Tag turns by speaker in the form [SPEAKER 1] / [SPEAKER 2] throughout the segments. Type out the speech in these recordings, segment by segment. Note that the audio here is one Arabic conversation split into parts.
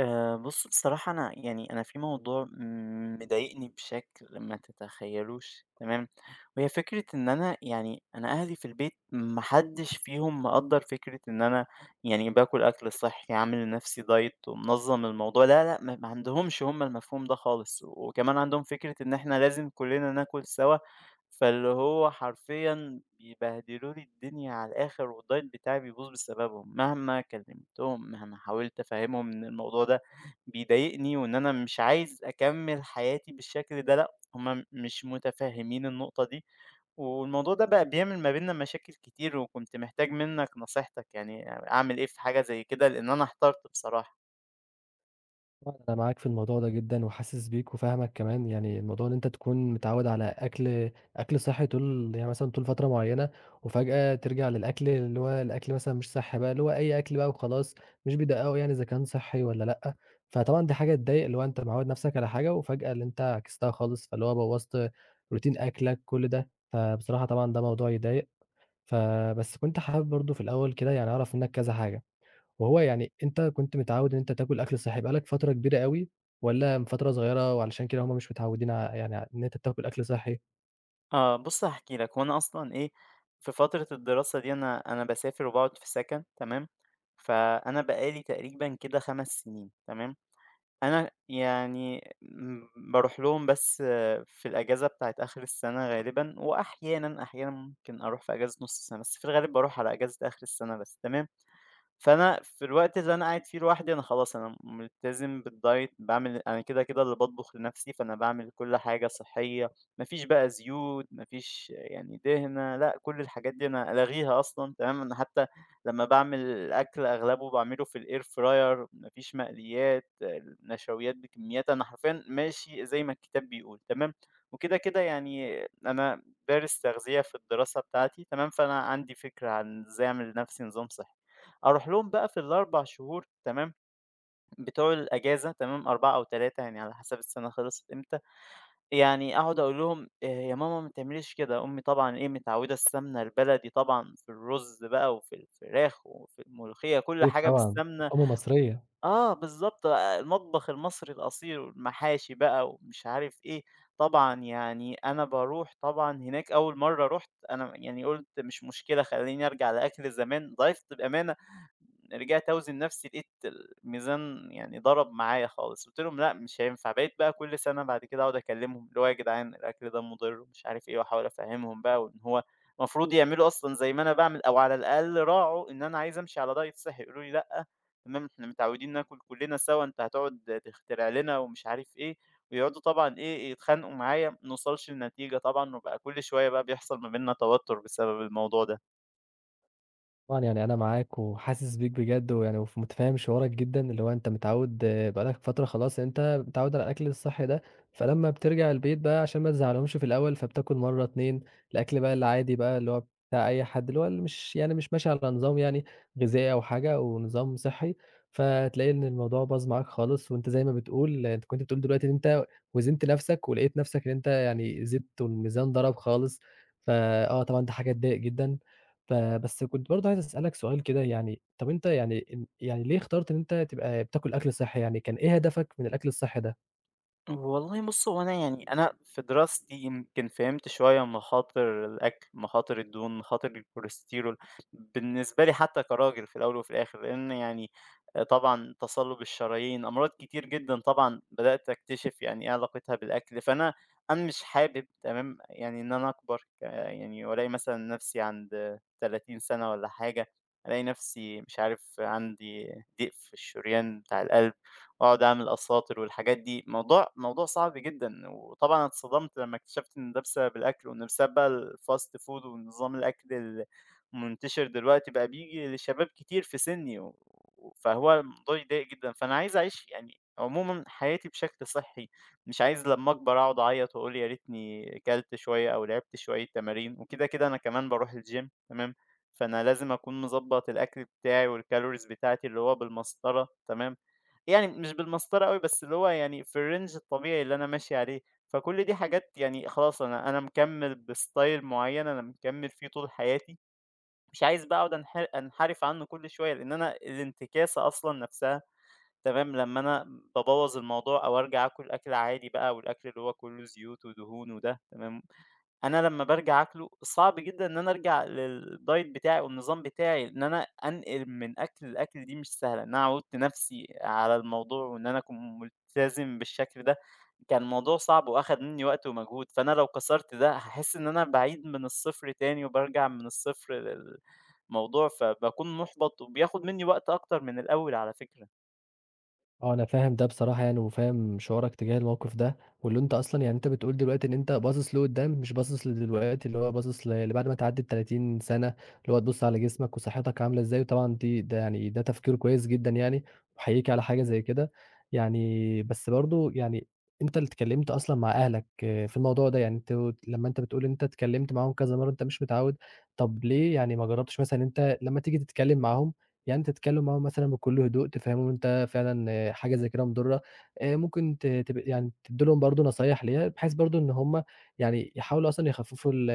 [SPEAKER 1] بُص بصراحة أنا أنا في موضوع مضايقني بشكل ما تتخيّلوش تمام، وهي فكرة إن أنا أهلي في البيت ما حدّش فيهم مقدّر فكرة إن أنا يعني باكل أكل صحّي، عامل لنَفْسي diet ومنظّم الموضوع، لا، لأ، ما عندهمش هم المفهوم ده خالص، وكمان عندهم فكرة إن إحنا لازم كُلّنا ناكل سوا. فاللي هو حرفيًا بيبهدلوا لي الدنيا على الآخر، والdiet بتاعي بيبوظ بسببهم، مهما كلمتهم، مهما حاولت أفهّمهم إن الموضوع ده بيضايقني، وإن أنا مش عايز أكمّل حياتي بالشكل ده، لأ، هُم مش متفهّمين النقطة دي، والموضوع ده بقى بيعمل ما بيننا مشاكل كتير، وكنت محتاج منّك نصيحتك، يعني أعمل إيه في حاجة زي كده؟ لإن أنا احترت بصراحة.
[SPEAKER 2] أنا معاك في الموضوع ده جدًا وحاسس بيك وفاهمك كمان، يعني الموضوع إن أنت تكون متعوّد على أكل صحّي طول يعني مثلًا طول فترة معيّنة، وفجأة ترجع للأكل اللي هو الأكل مثلًا مش صحّي بقى، اللي هو أي أكل بقى وخلاص، مش بيدقّقوا يعني إذا كان صحّي والّا لأ. فطبعًا دي حاجة تضايق، اللي هو أنت معوّد نَفْسك على حاجة وفجأة اللي أنت عكستها خالص، فاللي هو بوّظت روتين أكلك كل ده. فبصراحة طبعًا ده موضوع يضايق. فبس كنت حابب برضه في الأول كده، يعني أعرف منّك كذا حاجة. وهو يعني أنت كنت متعوّد إن أنت تاكل أكل صحّي بقى لك فترة كبيرة أوي، والّا من فترة صغيّرة؟ وعلشان كده هم مش متعوّدين يعني ع إن أنت بتاكل أكل صحّي؟
[SPEAKER 1] آه بُص هاحكي لك، هو أنا أصلًا إيه، في فترة الدراسة دي أنا باسافر وباقعد في سَكَن تمام، فأنا بقى لي تقريبًا كده 5 سنين تمام، أنا يعني م باروح لهم بس آه، في الأجازة بتاعة آخر السنة غالبًا وأحيانًا، أحيانًا ممكن أروح في أجازة نُص السنة، بس في الغالب باروح على أجازة آخر السنة بس تمام. فأنا في الوقت اللي أنا قاعد فيه لوحدي أنا خلاص أنا ملتزم بالدايت، باعمل أنا كده اللي باطبخ لنفسي، فأنا باعمل كل حاجة صحية، ما فيش بقى زيوت، ما فيش يعني دهنة، لأ كل الحاجات دي أنا لاغيها أصلًا تمام، أنا حتى لمّا باعمل الأكل أغلبه باعمله في الair fryer، ما فيش مقليات، النشويات بكميات، أنا حرفيًا ماشي زي ما الكتاب بيقول تمام، وكده يعني أنا دارس تغذية في الدراسة بتاعتي تمام، فأنا عندي فكرة عن إزاي أعمل لنفسي نظام صحي. أروح لهم بقى في ال4 شهور تمام، بتوع الأجازة تمام، 4 أو 3 يعني على حسب السنة خلصت إمتى، يعني أقعد أقول لهم يا ماما ما تعمليش كده، أمي طبعًا إيه متعودة السمنة البلدي طبعًا في الرز بقى وفي الفراخ وفي الملوخية، كل
[SPEAKER 2] أكيد
[SPEAKER 1] حاجة
[SPEAKER 2] طبعًا،
[SPEAKER 1] بالسمنة.
[SPEAKER 2] أمّا مصرية.
[SPEAKER 1] آه بالضبط، المطبخ المصري الأصيل والمحاشي بقى ومش عارف إيه، طبعًا يعني أنا باروح طبعًا هناك. أول مرّة رُحت أنا يعني قُلت مش مشكلة خلّيني أرجع لأكل زمان، ضعِفت بأمانة، رجعت أوزن نَفْسي لقيت الميزان يعني ضرب معايا خالص، قُلت لهم: "لأ مش هينفع." بقيت بقى كل سَنة بعد كده أقعد أكلّمهم اللي هو: "يا جدعان الأكل ده مُضِر." ومش عارف إيه، وأحاول أفهّمهم بقى وإن هو المفروض يعملوا أصلًا زي ما أنا باعمل أو على الأقل راعوا إن أنا عايز أمشي على diet صحّي، يقولوا لي: "لأ، تمام، إحنا متعودين ناكل كلنا سوا، أنت هتقعد تخترع لنا ومش عارف إيه،" ويقعدوا طبعًا إيه، يتخانقوا معايا، ما نوصلش لنتيجة طبعًا، وبقى كل شوية بقى بيحصل ما بيننا توتر بسبب الموضوع ده.
[SPEAKER 2] طبعًا يعني أنا معاك وحاسس بيك بجد، ويعني متفهم شعورك جدًا، اللي هو أنت متعود بقى لك فترة، خلاص أنت متعود على الأكل الصحي ده. فلمّا بترجع البيت بقى عشان ما تزعلهمش في الأول، فبتاكل مرة 2 الأكل بقى العادي بقى، اللي هو بتاع أي حد، اللي هو اللي مش يعني مش ماشي على نظام، يعني غذائي أو حاجة، أو نظام صحي. فتلاقي إن الموضوع باظ معاك خالص، وأنت زي ما بتقول، أنت كنت بتقول دلوقتي إن أنت وزنت نفسك ولقيت نفسك إن أنت يعني زدت، والميزان ضرب خالص. فآه طبعًا دي حاجة تضايق جدًا. فبس كنت برضه عايز أسألك سؤال كده، يعني طَب أنت يعني ال يعني ليه اخترت إن أنت تبقى بتاكل أكل صحّي؟ يعني كان إيه هدفك من الأكل الصحّي ده؟
[SPEAKER 1] والله بُص، هو أنا يعني أنا في دراستي يمكن فهمت شوية مخاطر الأكل، مخاطر الدهون، مخاطر الكوليسترول، بالنسبة لي حتى كراجل في الأول وفي الآخر، لإن يعني طبعًا تصلب الشرايين، أمراض كتير جدًا طبعًا بدأت أكتشف يعني إيه علاقتها بالأكل، فأنا مش حابب تمام، يعني إن أنا أكبر ك يعني وألاقي مثلًا نفسي عند 30 سنة والّا حاجة، ألاقي نفسي مش عارف عندي ضيق في الشريان بتاع القلب. وأقعد أعمل أساطِر والحاجات دي، موضوع صعب جدًا، وطبعًا أنا اتصدمت لمّا اكتشفت إن ده بسبب الأكل، وإن بسبب بقى الfast food ونظام الأكل المنتشر دلوقتي بقى بييجي لشباب كتير في سِنّي، فهو الموضوع يضايق جدًا، فأنا عايز أعيش يعني عمومًا حياتي بشكل صحّي، مش عايز لمّا أكبر أقعد أعيّط وأقول يا ريتني كَلت شوية أو لعبت شوية تمارين، وكده أنا كمان باروح الgym تمام، فأنا لازم أكون مضبّط الأكل بتاعي والcalories بتاعتي اللي هو بالمسطرة تمام، يعني مش بالمسطرة أوي، بس اللي هو يعني في الrange الطبيعي اللي أنا ماشي عليه، فكل دي حاجات يعني خلاص أنا مكمّل بstyle معيّن أنا مكمّل فيه طول حياتي، مش عايز بقى أقعد أنحرف عنّه كل شوية، لإن أنا الانتكاسة أصلًا نفْسها تمام، لمّا أنا بابوّظ الموضوع أو أرجع آكل أكل عادي بقى والأكل اللي هو كلّه زيوت ودهون وده تمام، أنا لمّا بارجع آكله صعب جدًا إن أنا أرجع للdiet بتاعي والنظام بتاعي، إن أنا أنقل من أكل لأكل دي مش سهلة، إن أنا عوّدت نفسي على الموضوع وإن أنا أكون ملتزم بالشكل ده، كان الموضوع صعب وأخد مني وقت ومجهود، فأنا لو كسرت ده هاحس إن أنا باعيد من الصفر تاني وبارجع من الصفر للموضوع، فباكون محبط وبياخد مني وقت أكتر من الأول على فكرة.
[SPEAKER 2] آه، أنا فاهم ده بصراحة، يعني وفاهم شعورك تجاه الموقف ده. واللي أنت أصلًا يعني أنت بتقول دلوقتي إن أنت باصص لقدّام، مش باصص لدلوقتي، اللي هو باصص لبعد ما تعدّي ال30 سَنة، اللي هو تبُص على جسمك وصحتك عاملة إزاي. وطبعًا دي ده يعني ده تفكير كويس جدًا يعني. باحييك على حاجة زي كده. يعني بس برضه يعني، أنت اللي اتكلّمت أصلًا مع أهلك، آه، في الموضوع ده، يعني لمّا أنت بتقول أنت اتكلّمت معاهم كذا مرّة، أنت مش متعوّد. طَب ليه يعني ما جرّبتش مثلًا إن أنت لمّا تيجي تتكلّم معاهم يعني تتكلم معاهم مثلًا بكل هدوء، تفهمهم أنت فعلًا حاجة زي كده مضرة. ممكن ت تب يعني تدّي لهم برضه نصايح ليها، بحيث برضه إن هم يعني يحاولوا أصلًا يخففوا ال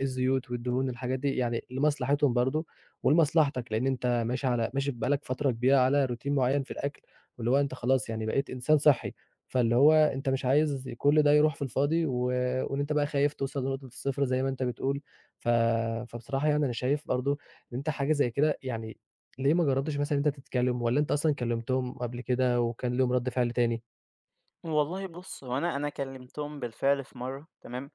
[SPEAKER 2] الزيوت والدهون، الحاجات دي، يعني لمصلحتهم برضه ولمصلحتك، لأن أنت ماشي بقى لك فترة كبيرة على روتين معين في الأكل، واللي هو أنت خلاص يعني بقيت إنسان صحي، فاللي هو أنت مش عايز كل ده يروح في الفاضي، وإن أنت بقى خايف توصل لنقطة الصفر زي ما أنت بتقول. ف فبصراحة يعني أنا شايف برضه إن أنت حاجة زي كده، يعني ليه ما جرّبتش مثلًا إن أنت تتكلّم، والّا أنت أصلًا كلّمتهم قبل كده وكان ليهم رَد فعل تاني؟
[SPEAKER 1] والله بُص، هو أنا كلمتهم بالفعل في مرّة تمام؟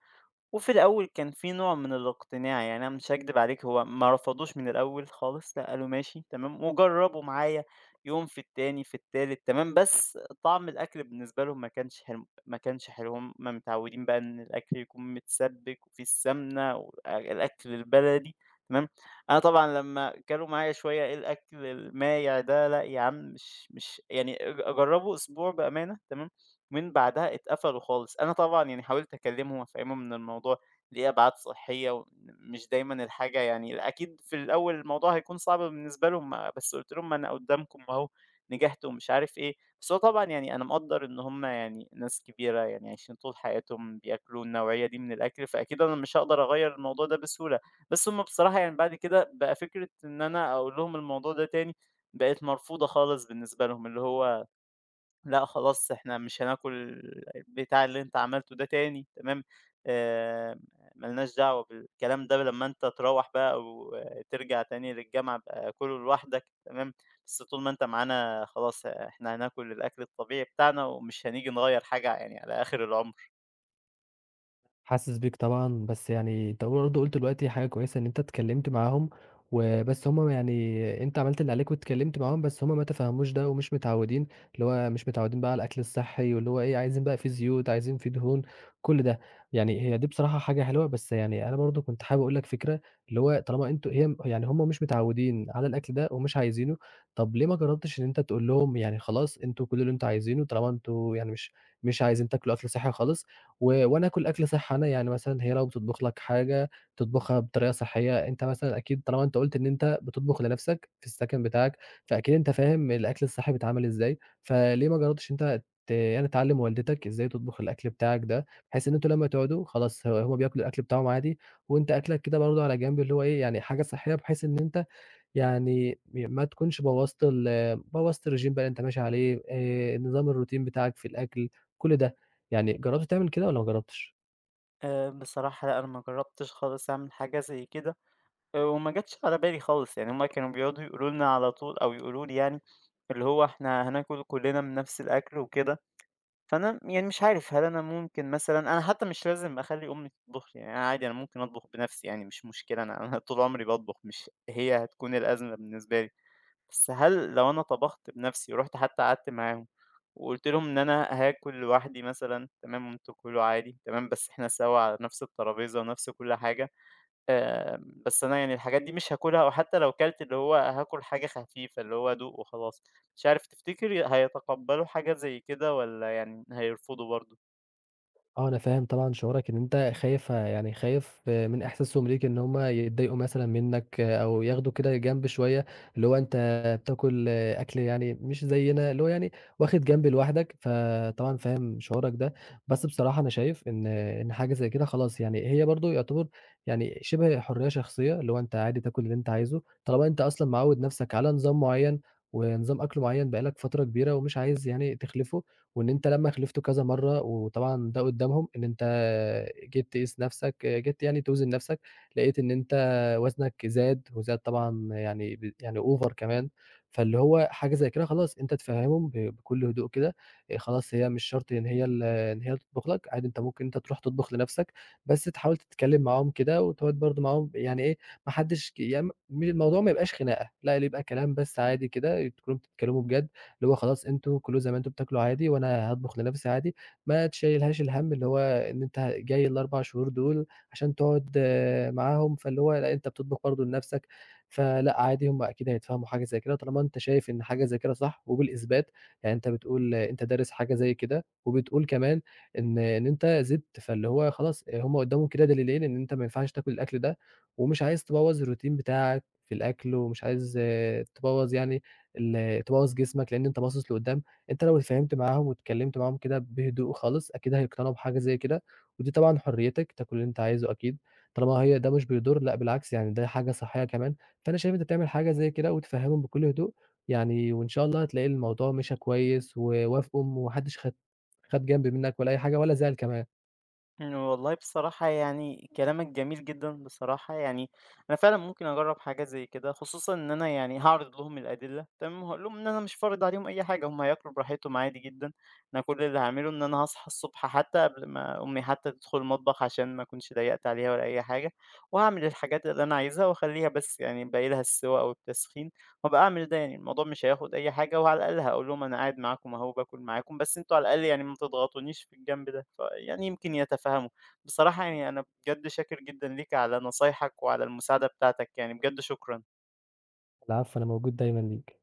[SPEAKER 1] وفي الأول كان في نوع من الاقتناع، يعني أنا مش هاكدب عليك هو ما رفضوش من الأول خالص، لأ قالوا ماشي تمام، وجرّبوا معايا يوم في التاني في التالت تمام، بس طعم الأكل بالنسبة لهم ما كانش حلو، هم متعودين بقى إن الأكل يكون متسبِّك وفيه السمنة الأكل البلدي تمام، أنا طبعًا لمّا كلوا معايا شوية إيه الأكل المايع ده، لأ يا عم مش يعني أجرّبه أسبوع بأمانة تمام. ومن بعدها اتقفلوا خالص. أنا طبعًا يعني حاولت أكلّمهم وأفهّمهم إن الموضوع ليه أبعاد صحّية وإن مش دايمًا الحاجة يعني أكيد في الأول الموضوع هيكون صعب بالنسبة لهم، ما بس قُلت لهم: "ما أنا قُدّامكم أهو، نجحت." ومش عارف إيه. بس هو طبعًا يعني أنا مقدّر إن هم يعني ناس كبيرة، يعني عايشين طول حياتهم بياكلوا النوعية دي من الأكل، فأكيد أنا مش هاقدر أغيّر الموضوع ده بسهولة. بس هم بصراحة يعني بعد كده بقى فكرة إن أنا أقول لهم الموضوع ده تاني بقت مرفوضة خالص بالنسبة لهم، اللي هو: "لأ خلاص إحنا مش هناكل البتاع اللي أنت عملته ده تاني، تمام، آآ ما لناش دعوة بالكلام ده لمّا أنت تروّح بقى أو ترجع تاني للجامعة ابقى كُله لوحدك، تمام، بس طول ما أنت معانا خلاص إحنا هناكل الأكل الطبيعي بتاعنا ومش هنيجي نغيّر حاجة يعني على آخر العمر."
[SPEAKER 2] حاسس بيك طبعًا، بس يعني أنت برضه قُلت دلوقتي حاجة كويسة، إن أنت اتكلّمت معاهم. وبس هُم، يعني أنت عملت اللي عليك واتكلّمت معاهم، بس هُم ما تفهّموش ده ومش متعوّدين، اللي هو مش متعوّدين بقى على الأكل الصحّي، واللي هو إيه، عايزين بقى فيه زيوت، عايزين فيه دهون، كل ده. يعني هي دي بصراحة حاجة حلوة، بس يعني أنا برضه كنت حابب أقول لك فكرة، اللي هو طالما أنتم هي يعني هُم مش متعوّدين على الأكل ده ومش عايزينه، طَب ليه ما جرّبتش إن أنت تقول لهم يعني خلاص، أنتم كلوا اللي أنتم عايزينه، طالما أنتم يعني مش عايزين تاكلوا أكل صحّي خالص، وأنا آكل أكل صحّي أنا. يعني مثلًا هي لو بتطبخ لك حاجة، تطبخها بطريقة صحّية. أنت مثلًا أكيد، طالما أنت قُلت إن أنت بتطبخ لنَفْسك في السكن بتاعك، فأكيد أنت فاهم الأكل الصحّي بيتعمل إزاي. فليه ما جرّبتش إن أنت يعني تعلّم والدتك إزاي تطبخ الأكل بتاعك ده، بحيث إن أنتم لمّا تقعدوا خلاص، هُم بياكلوا الأكل بتاعهم عادي، وأنت أكلك كده برضه على جنب، اللي هو إيه، يعني حاجة صحّية، بحيث إن أنت يعني ما تكونش بوّظت الRegime بقى اللي أنت ماشي عليه، نظام الروتين بتاعك في الأكل، كل ده. يعني جرّبت تعمل كده والّا ما جرّبتش؟
[SPEAKER 1] بصراحة لأ أنا ما جرّبتش خالص أعمل حاجة زي كده، أه وما جاتش على بالي خالص، يعني هُم كانوا بيقعدوا يقولوا لنا على طول أو يقولوا لي يعني اللي هو إحنا هناكل كُلّنا من نفس الأكل وكده. فأنا يعني مش عارف هل أنا ممكن مثلًا أنا حتى مش لازم أخلّي أمي تطبخ لي، يعني أنا عادي أنا ممكن أطبخ بنفسي يعني مش مشكلة، أنا طول عمري باطبخ مش هي هتكون الأزمة بالنسبة لي، بس هل لو أنا طبخت بنفسي ورُحت حتى قعدت معاهم وقُلت لهم إن أنا هاكل لوحدي مثلًا، تمام، وأنتم كلوا عادي، تمام، بس إحنا سوا على نفس الترابيزة ونفس كل حاجة. بس أنا يعني الحاجات دي مش هاكلها أو حتى لو كلت اللي هو هاكل حاجة خفيفة، اللي هو أدوق وخلاص. مش عارف تفتكري هيتقبّلوا حاجة زي كده والّا يعني هيرفضوا برضه؟
[SPEAKER 2] آه، أنا فاهم طبعًا شعورك، إن أنت يعني خايف من إحساسهم ليك، إن هم يتضايقوا مثلًا منّك، أو ياخدوا كده جنب شوية، اللي هو أنت بتاكل أكل يعني مش زيّنا، اللي هو يعني واخد جنب لوحدك. فطبعًا فاهم شعورك ده. بس بصراحة أنا شايف إن حاجة زي كده خلاص، يعني هي برضه يعتبر يعني شِبه حرية شخصية، اللي هو أنت عادي تاكل اللي أنت عايزه، طالما أنت أصلًا معوّد نَفْسك على نظام معيّن ونظام أكل معيّن بقى لك فترة كبيرة ومش عايز يعني تخلفه. وان انت لما خلفته كذا مره، وطبعا ده قدامهم، ان انت جيت يعني توزن نفسك، لقيت ان انت وزنك زاد وزاد، طبعا يعني يعني اوفر كمان. فاللي هو حاجه زي كده خلاص، انت تفهمهم بكل هدوء كده، إيه خلاص، هي مش شرط ان هي تطبخ لك عادي، انت ممكن انت تروح تطبخ لنفسك، بس تحاول تتكلم معاهم كده وتقعد برضه معاهم، يعني ايه، ما حدش يعني الموضوع ما يبقاش خناقه، لا، اللي يبقى كلام بس عادي كده، تكونوا بتتكلموا بجد، اللي هو خلاص، أنتم كلوه زي ما أنتم بتاكلوا عادي، وأنا هاطبخ لنفسي عادي. ما تشيلهاش الهَم، اللي هو إن أنت جاي ال4 شهور دول عشان تقعد معاهم، فاللي هو لأ، أنت بتطبخ برضه لنفسك. فلأ عادي، هُم أكيد هيتفهموا حاجة زي كده، طالما أنت شايف إن حاجة زي كده صح وبالإثبات، يعني أنت بتقول أنت دارس حاجة زي كده، وبتقول كمان إن أنت زِدت، فاللي هو خلاص، هُم قدّامهم كده دليلين إن أنت ما ينفعش تاكل الأكل ده، ومش عايز تبوّظ الروتين بتاعك في الأكل، ومش عايز تبوّظ يعني تبوّظ جسمك، لإن أنت باصص لقدّام. أنت لو اتفاهمت معاهم واتكلّمت معاهم كده بهدوء خالص، أكيد هيقتنعوا بحاجة زي كده، ودي طبعًا حريتك تاكل اللي أنت عايزه أكيد، طالما هي ده مش بيضُر، لأ بالعكس، يعني ده حاجة صحّية كمان. فأنا شايف أنت تعمل حاجة زي كده وتفهّمهم بكل هدوء، يعني وإن شاء الله هتلاقي الموضوع مشى كويس ووافقوا، وما حدّش خد جنب منّك ولا أي حاجة ولا زعل كمان.
[SPEAKER 1] والله بصراحة يعني كلامك جميل جدًا بصراحة، يعني أنا فعلًا ممكن أجرّب حاجة زي كده، خصوصًا إن أنا يعني هاعرض لهم الأدلة تمام، وهاقول لهم إن أنا مش فارض عليهم أي حاجة، هم هياكلوا براحتهم عادي جدًا، أنا كل اللي هاعمله إن أنا هاصحى الصبح حتى قبل ما أمي حتى تدخل المطبخ عشان ما أكونش ضيّقت عليها ولا أي حاجة، وهاعمل الحاجات اللي أنا عايزها وأخلّيها بس يعني باقي لها السِوَاء والتسخين. وأبقى أعمل ده يعني الموضوع مش هياخد أي حاجة، وعلى الأقل هاقول لهم أنا قاعد معاكم أهو باكل معاكم، بس أنتم على الأقل يعني ما تضغطونيش في الجنب ده، فيعني يمكن يتفهموا. بصراحة يعني أنا بجد شاكر جدًا ليك على نصايحك وعلى المساعدة بتاعتك يعني، بجد شكرًا.
[SPEAKER 2] العفو، أنا موجود دايمًا ليك.